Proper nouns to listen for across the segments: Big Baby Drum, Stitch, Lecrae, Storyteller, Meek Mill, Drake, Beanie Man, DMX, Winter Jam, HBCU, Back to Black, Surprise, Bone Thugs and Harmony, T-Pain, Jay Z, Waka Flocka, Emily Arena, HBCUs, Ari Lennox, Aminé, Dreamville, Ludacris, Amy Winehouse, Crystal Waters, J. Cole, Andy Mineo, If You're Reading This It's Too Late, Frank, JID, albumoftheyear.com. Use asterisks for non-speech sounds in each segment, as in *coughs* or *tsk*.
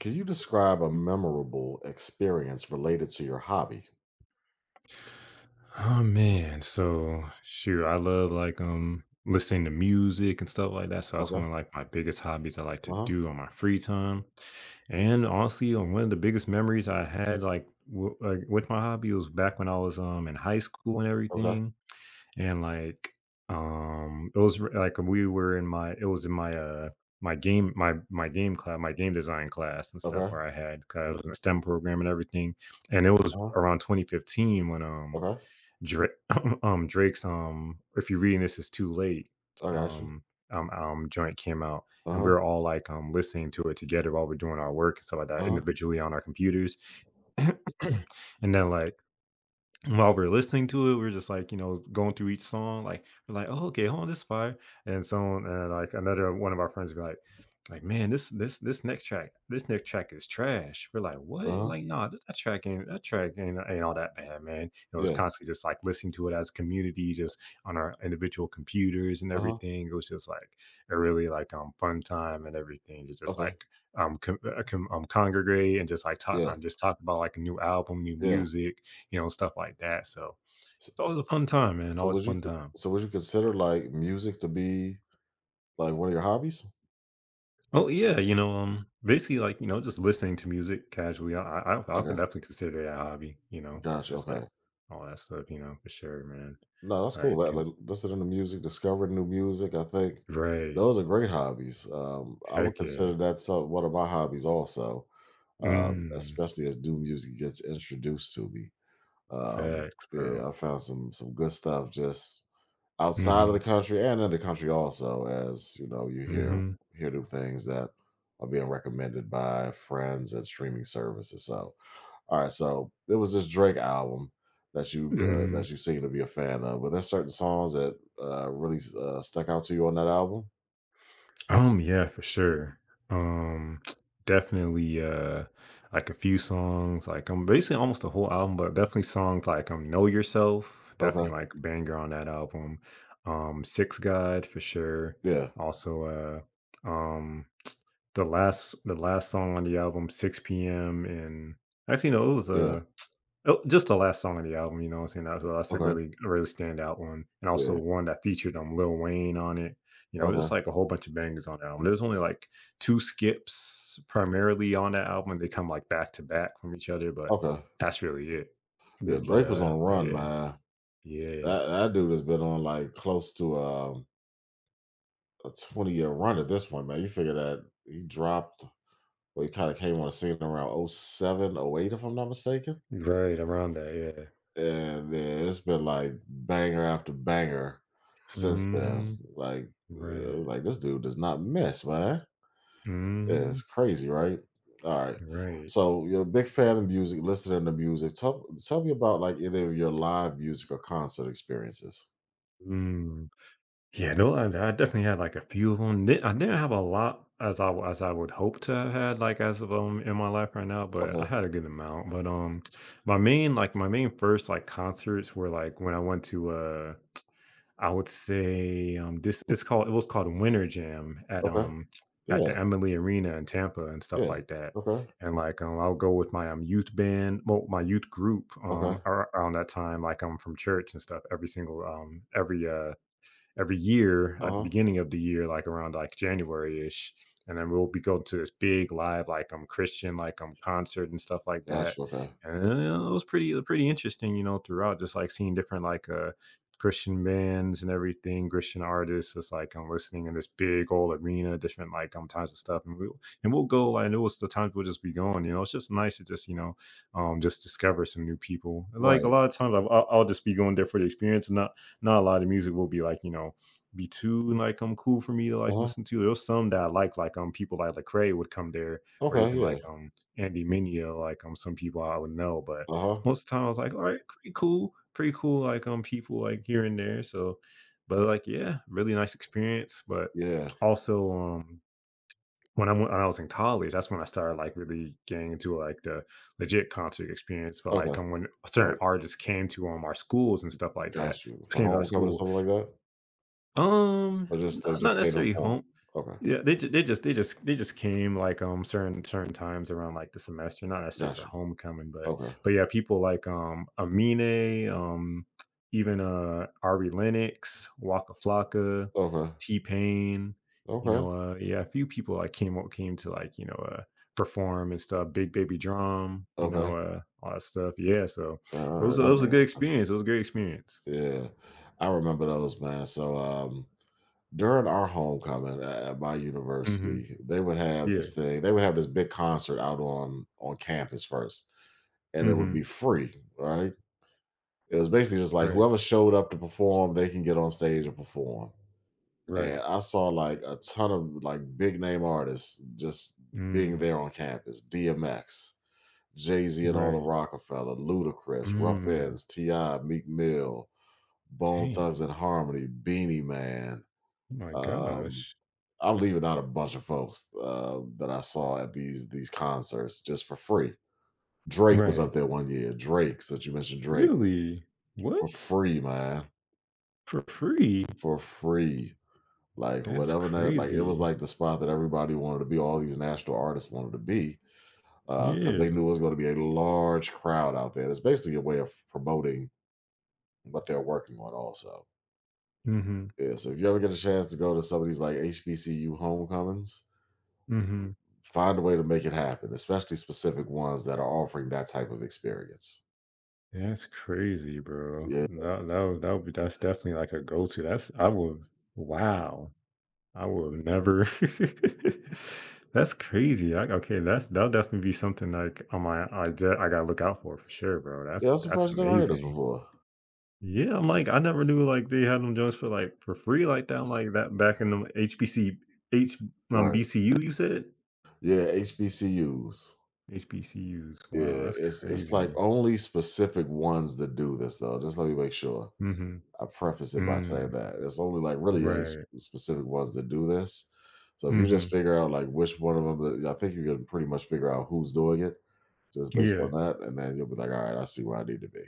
Can you describe a memorable experience related to your hobby? Oh man, so sure, I love like listening to music and stuff like that. So that's one Okay. of like my biggest hobbies I like Uh to huh. do on my free time. And honestly, one of the biggest memories I had like w- like with my hobby was back when I was in high school and Okay. everything. And like it was r- like we were in my it was in my my game my my game class my game design class and stuff Okay. where I had because I was in a STEM program and everything. And it Uh was huh. around 2015 when Okay. Drake, *laughs* *clears throat* Drake's, if you're reading this, it's too late. I got you. Um, joint came out, Uh and we huh. were all like listening to it together while we're doing our work and stuff like Uh that, huh. individually on our computers. *coughs* *clears throat* And then like while we're listening to it, we're just like, you know, going through each song, like we're like, oh, okay, hold on, this is fire. And so on. And like another one of our friends be like, man, this next track, this next track is trash. We're like, Uh what? huh. Like, nah, that track ain't that track ain't all that bad, man. It was Yeah. constantly just like listening to it as a community, just on our individual computers and Uh huh. everything. It was just like a really like fun time and everything to just Okay. like congregate and just like talk Yeah. Just talk about like a new album, new Yeah. music, you know, stuff like that. So So, it's always a so, fun time, man. so Always would you fun co- time. so would you consider like music to be like one of your hobbies? Oh yeah, you know, basically like you know, just listening to music casually. I could Okay. definitely consider that a hobby. You know, Gotcha. just Okay. like all that stuff. You know, for sure, man. No, that's cool. Like, That, can, like, listening to music, discovering new music, I think right? those are great hobbies. I would Heck yeah. consider that one of my hobbies also, Mm, especially as new music gets introduced to me. Um, facts, bro. yeah, I found some good stuff just outside of the Mm-hmm. country and in the country also. As you know, you hear Mm-hmm. hear new things that are being recommended by friends and streaming services. So all right, so there was this Drake album that you Mm-hmm. that you seem to be a fan of. Were there certain songs that really stuck out to you on that album? Yeah, for sure. Um, *tsk* definitely like a few songs, like basically almost the whole album, but definitely songs like Know Yourself, Okay. definitely like banger on that album. Six God for sure. Yeah. Also uh um the last song on the album, 6 p.m. and actually no, it was Yeah. Oh, just the last song of the album, you know what I'm saying? That's a Okay. really standout one, and also Yeah. one that featured, Lil Wayne on it, you know, just, Okay. like, a whole bunch of bangers on the album. There's only, like, 2 skips primarily on that album, they come, like, back to back from each other, but Okay. that's really it. Yeah, Mm, Drake was on a but run, yeah, man. yeah. That that dude has been on, like, close to a 20-year run at this point, man. You figure that he dropped— well, he kind of came on the scene around oh seven oh eight, if I'm not mistaken. Right, around that, yeah. And yeah, it's been like banger after banger since then. Mhm. Like, Right. like this dude does not miss, man. Yeah, it's Mhm. crazy, right? All right. Right. So you're a big fan of music, listening to music. Tell me about like any of your live music or concert experiences. Mm. Yeah, no, I definitely had, like, a few of 'em. Di I didn't have a lot as as I would hope to have had, like, as of, in my life right now, but I Okay. had a good amount, but, my main my main first, like, concerts were, like, when I went to, I would say, this it's called it was called Winter Jam Okay. At Yeah. the Emily Arena in Tampa and stuff Yeah. like that, Okay. and, like, I'll go with my, youth band well, my youth group, Okay. ar around that time, like, I'm from church and stuff every single, every year at the Uh huh. beginning of the year, like around like January ish. And then we'll be going to this big live, like Christian, like concert and stuff like That's that. okay. And it was pretty interesting, you know, throughout just like seeing different like Christian bands and everything, Christian artists. It's like I'm listening in this big old arena, different like types of stuff, and we'll go like and it was the times we'll just be going. You know, it's just nice to just you know, just discover some new people. And, like a Right. lot of times, I'll just be going there for the experience, and not not a lot of music will be like you know be too like cool for me to Uh like huh. listen to. There's some that I like people like Lecrae would come there, or Okay. even Yeah. like Andy Mineo, like some people I would know. But Uh huh. most of the time I was like, all right, pretty cool, like people like here and there. So, but like yeah, really nice experience. But Yeah. also when I went, when I was in college, that's when I started like really getting into like the legit concert experience. But Okay. All when certain right. artists came to our schools and stuff like that, Got you. For came to our homecoming or school, something like that? Or just no they just not stayed necessarily informed? home. Okay. Yeah, they ju they just they just they just came, like, certain times around, like, the semester, not necessarily Got for you. homecoming, Okay. but, yeah, people like, Aminé, Ari Lennox, Waka Flocka, Okay. T-Pain, you Okay. know, yeah, a few people, like, came to, like, you know, perform and stuff, Big Baby Drum, you Okay. know, all that stuff, yeah, so it was Alright, it I was get a good it. experience, it was a great experience. Yeah. I remember those, man. So, during our homecoming at my Mhm, university, they would have yeah, this thing. They would have this big concert out on campus first, and it would mhm, be free, right? It was basically just like right. whoever showed up to perform, they can get on stage and perform. And Right. I saw like a ton of like big name artists just being Mm, there on campus. DMX, Jay Z, and all the right. Rockefeller, Ludacris, Rough Mm. Ends, Ti, Meek Mill, Bone Dang. Thugs and Harmony, Beanie Man. Oh my Um, gosh. I'm leaving out a bunch of folks that I saw at these concerts just for free. Drake was up Right. there one year. Drake, since you mentioned Drake, Really? for What? free, man, For free? for free. Like That's whatever that, like it was crazy. like the spot that everybody wanted to be, all these national artists wanted to be, because they Yeah. knew it was gonna be a large crowd out there. It's basically a way of promoting what they're working on also. Mm-hmm. Yeah, so if you ever get a chance to go to some of these like HBCU homecomings, Mm-hmm. find a way to make it happen, especially specific ones that are offering that type of experience. That's crazy, bro. Yeah. That that would be that's definitely like a go-to. That's I would wow. I would have never *laughs* that's crazy. I, okay, that's that'll definitely be something like on my I gotta look out for sure, bro. Yeah, I'm That's surprised you never heard this amazing. before. Yeah, I'm like, I never knew like they had them joints for like for free like that. I'm like that back in the HBC H um Right. BCU you said? Yeah, HBCUs. HBCUs. Wow, Yeah, that's it's like crazy. only specific ones that do this, though. Just let me make sure. Mm-hmm. I preface it by saying Mm. that it's only like really a Right. specific ones that do this. So if you just Mm-hmm. figure out like which one of them, I think you can pretty much figure out who's doing it just based Yeah. on that, and then you'll be like, all right, I see where I need to be.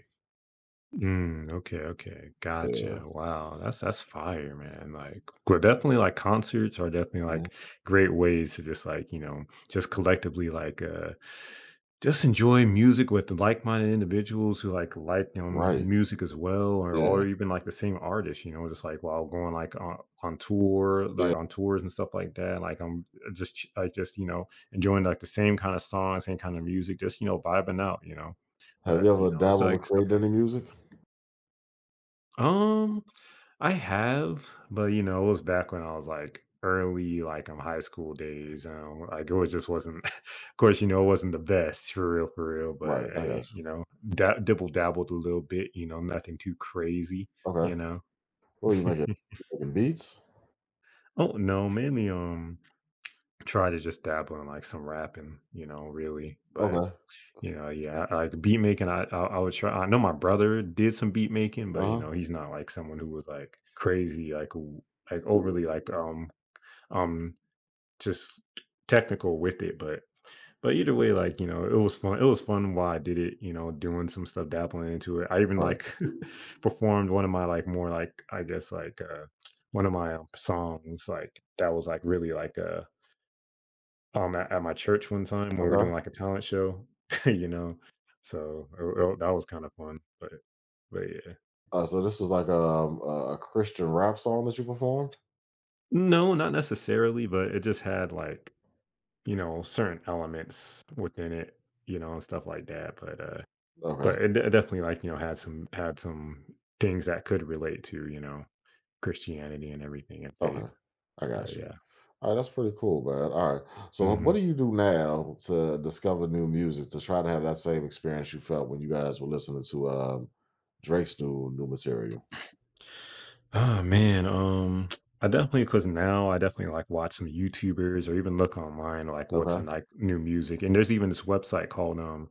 Mm, okay, okay. Gotcha. Yeah, Wow. That's fire, man. Like well, definitely like concerts are definitely mhm, like great ways to just like, you know, just collectively like just enjoy music with like-minded individuals who like you know, right. music as well, Yeah, or even like the same artist. You know, just like while going like on tour, yeah. like on tours and stuff like that. Like I'm like just you know enjoying like the same kind of songs, same kind of music, just you know vibing out. You know, Have but you you ever know it's dabbled like with stuff creating like any music? that. I have, but you know, it was back when I was like early, like in high school days. You know, like it was just wasn't, *laughs* of course, you know, it wasn't the best for real, for real. Right, But I got hey, you. you know, dibble dabbled a little bit. You know, nothing too crazy. You Okay, know. what are you *laughs* making? You making beats? Oh no, mainly try to just dabble in like some rapping. You know, really. But Okay, you know, yeah, I- like beat making. I would try. I know my brother did some beat making, uh but you huh. know, he's not like someone who was like crazy, like, who- like overly like um um just technical with it but either way like you know it was fun while I did it you know doing some stuff dabbling into it I even Right. like *laughs* performed one of my like more like I guess like one of my songs like that was like really like at my church one time when we were Okay. doing like a talent show *laughs* you know so that was kind of fun but yeah So this was like a Christian rap song that you performed. no not necessarily but it just had like you know, certain elements within it, you know, and stuff like that. But Okay. it definitely like, you know, had some things that could relate to, you know, Christianity and everything and faith. Okay. I But got you. yeah. All right, that's pretty cool, man. All right. So what Hmm. do you do now to discover new music to try to have that same experience you felt when you guys were listening to Drake's new material? Oh man, I definitely cause now I definitely like watch some YouTubers or even look online like what's Okay. some like new music. And there's even this website called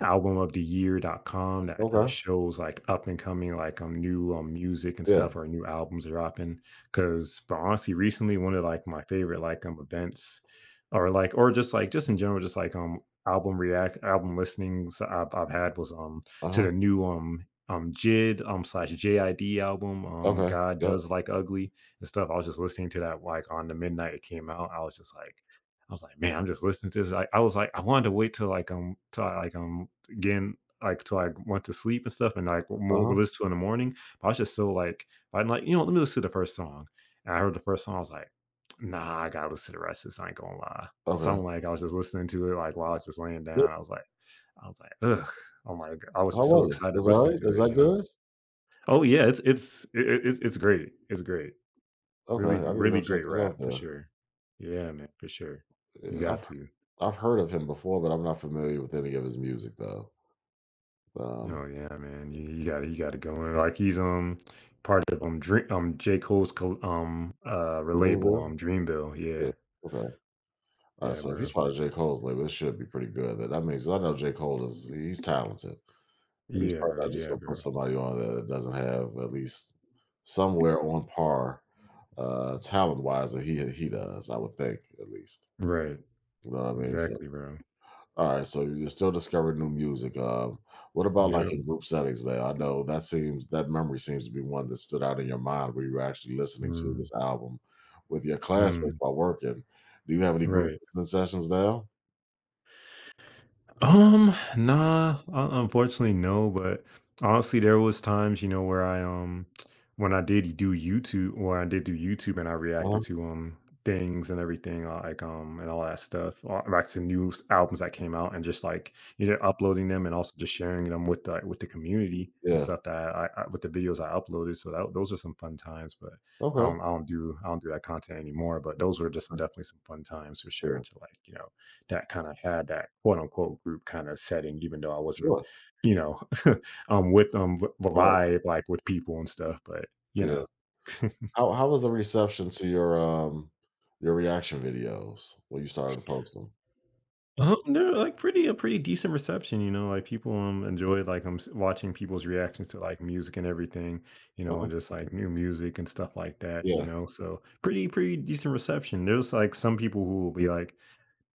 albumoftheyear.com that kind of Okay. shows like up and coming like new music and Yeah. stuff or new albums dropping because but honestly recently one of like my favorite like events or like or just like just in general just like album react album listenings I've had was Uh to huh. the new jid slash jid album Okay. god Yep. does like ugly and stuff I was just listening to that like on the midnight it came out I was just like i was like, man, I'm just listening to this. I was like, I wanted to wait till like till I, again, like till I went to sleep and stuff, and like Uh more would huh. listen to in the morning. But I was just so like, I'm like, you know, let me listen to the first song. And I heard the first song, I was like, nah, I gotta listen to the rest of this. I ain't gonna lie. So Okay. I'm like, I was just listening to it like while I was just laying Yep. down. I was like, ugh, oh my god, I was How just so was it? It excited was all listening right. Was to it, that you know. good? Oh yeah, it's great. It's great. Okay. Really, I need to go really check great this out, rap for then. sure. Yeah, man, for sure. You Yeah, got to. I've heard of him before, but I'm not familiar with any of his music though. Um, Oh yeah, man. You got to go in. Like he's part of Dream J Cole's col- relabel Dreamville. Dreamville. Yeah. Yeah, Okay. Yeah, So if he's bro. part of J. Cole's label, it should be pretty good. That that means I know J. Cole is— he's talented. And he's Yeah, probably bro. not just Yeah, gonna put bro. somebody on there that doesn't have at least somewhere on par, talent wise, that he does. I would think, at least. Right. You know what I mean? So Exactly, bro. all right. So you're still discovering new music. What about like Yep. in group settings now? I know that seems— that memory seems to be one that stood out in your mind where you were actually listening to Mm. this album with your classmates Mm. while working. Do you have any group Right. listening sessions now? Nah, unfortunately, no. But honestly, there was times, you know, where I when I did do YouTube, or I did do YouTube, and I reacted to things and everything, and all that stuff, back to new albums that came out, and just like you know, uploading them, and also just sharing them with the community and Yeah. stuff that I, with the videos I uploaded. So those are some fun times. But I Okay. don't, I don't do, I don't do that content anymore. But those were just Uh, some, definitely some fun times for sure Yeah. to like, you know that kind of had that quote unquote group kind of setting, even though I wasn't, Sure. you know, *laughs* with them Right. live like with people and stuff. But you Yeah. know, How was the reception to your reaction videos when you started to post them? They're like pretty decent reception. You know, like people enjoy like I'm watching people's reactions to like music and everything. You know, Uh-huh. and just like new music and stuff like that. You Yeah. know, so pretty pretty decent reception. There's like some people who will be like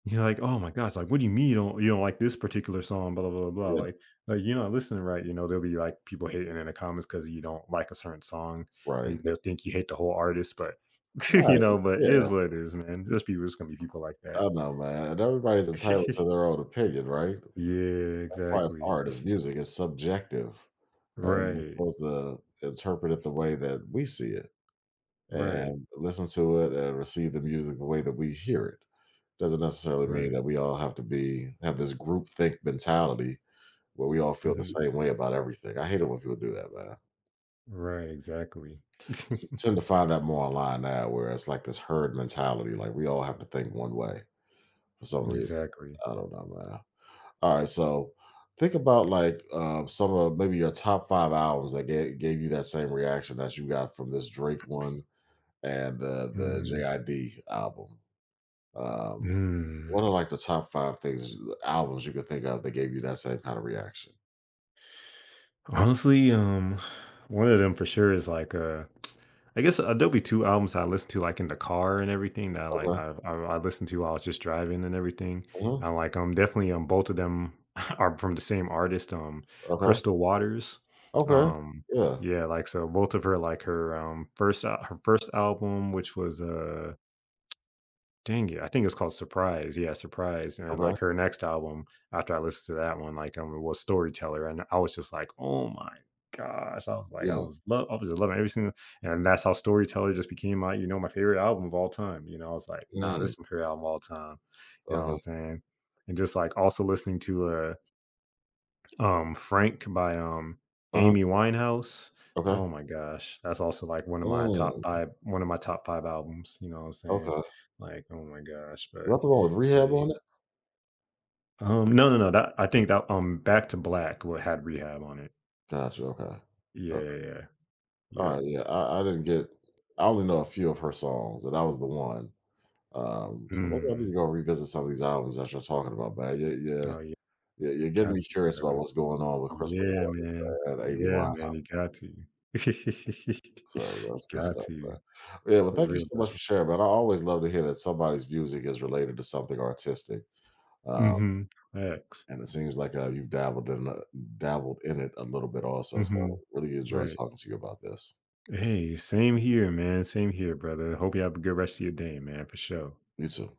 you're like, "Oh my gosh, like, what do you mean you don't like this particular song, blah, blah, blah, blah," Yeah. like "You're not listening right," you know, there'll be, like, people hating in the comments because you don't like a certain song, Right. and they'll think you hate the whole artist, but, *laughs* you Right. know, but it Yeah. is what it is, man. There's people there's gonna be people like that. I know, man. And everybody's entitled to their *laughs* own opinion, right? Yeah, That's why it's exactly. art, it's music, it's subjective, right? Right. We're supposed to interpret it the way that we see it Right. and listen to it and receive the music the way that we hear it. Doesn't necessarily mean Right. that we all have to be— have this group think mentality where we all feel the Mhm. same way about everything. I hate it when people do that, man. Right, exactly. You tend to *laughs* find that more online now, where it's like this herd mentality, like we all have to think one way for some reason. Exactly. I don't know, man. All right, so think about like some of maybe your top five albums that gave you that same reaction that you got from this Drake one and the Mm. JID album. Um, Mm. what are like the top five things albums you could think of that gave you that same kind of reaction? Honestly, one of them for sure is like I guess Adobe two albums I listened to like in the car and everything that like Okay. I I, I listened to while I was just driving and everything. Hmm. I like definitely both of them *laughs* are from the same artist, Okay. Crystal Waters. Okay. Um Yeah. yeah, like so both of her like her first album, which was dang it. I think it's called Surprise. Yeah, Surprise. And Okay. like her next album, after I listened to that one, was Storyteller. And I was just like, oh my gosh. I was like, Yeah. I was just loving every single and that's how Storyteller just became my, you know, my favorite album of all time. You know, I was like, nah, this Mm. is my favorite album of all time. You know what I'm Okay. saying? And just like also listening to Frank by, Uh-huh. Amy Winehouse. Okay. Oh my gosh, that's also, like, Mm. One of my top 5 albums, you know what I'm saying? Okay. Like, oh my gosh, but Is that the one with Rehab they on it? No, no, no, that I think that, Back to Black what had Rehab on it. Gotcha. Okay. Yeah, Okay. yeah, yeah. All Yep. right. Yeah. I didn't get— I only know a few of her songs, and that was the one. So maybe I need Mm. to go revisit some of these albums that you're talking about, man. Yeah. Yeah. Oh, yeah. Yeah. You're getting Got me to, curious about bro. what's going on with Crystal Yeah, Waters man. and Amy Yeah, man, Winehouse. you got to. *laughs* So You that's good got stuff. to. But yeah. Well, For thank you real, so bro. much for sharing, man. I always love to hear that somebody's music is related to something artistic. Uh, Mhm. Facts. And it seems like, you've dabbled in, dabbled in it a little bit also, so Mhm. really enjoy Right. talking to you about this. Hey, same here, man. Same here, brother. Hope you have a good rest of your day, man, for sure. You too.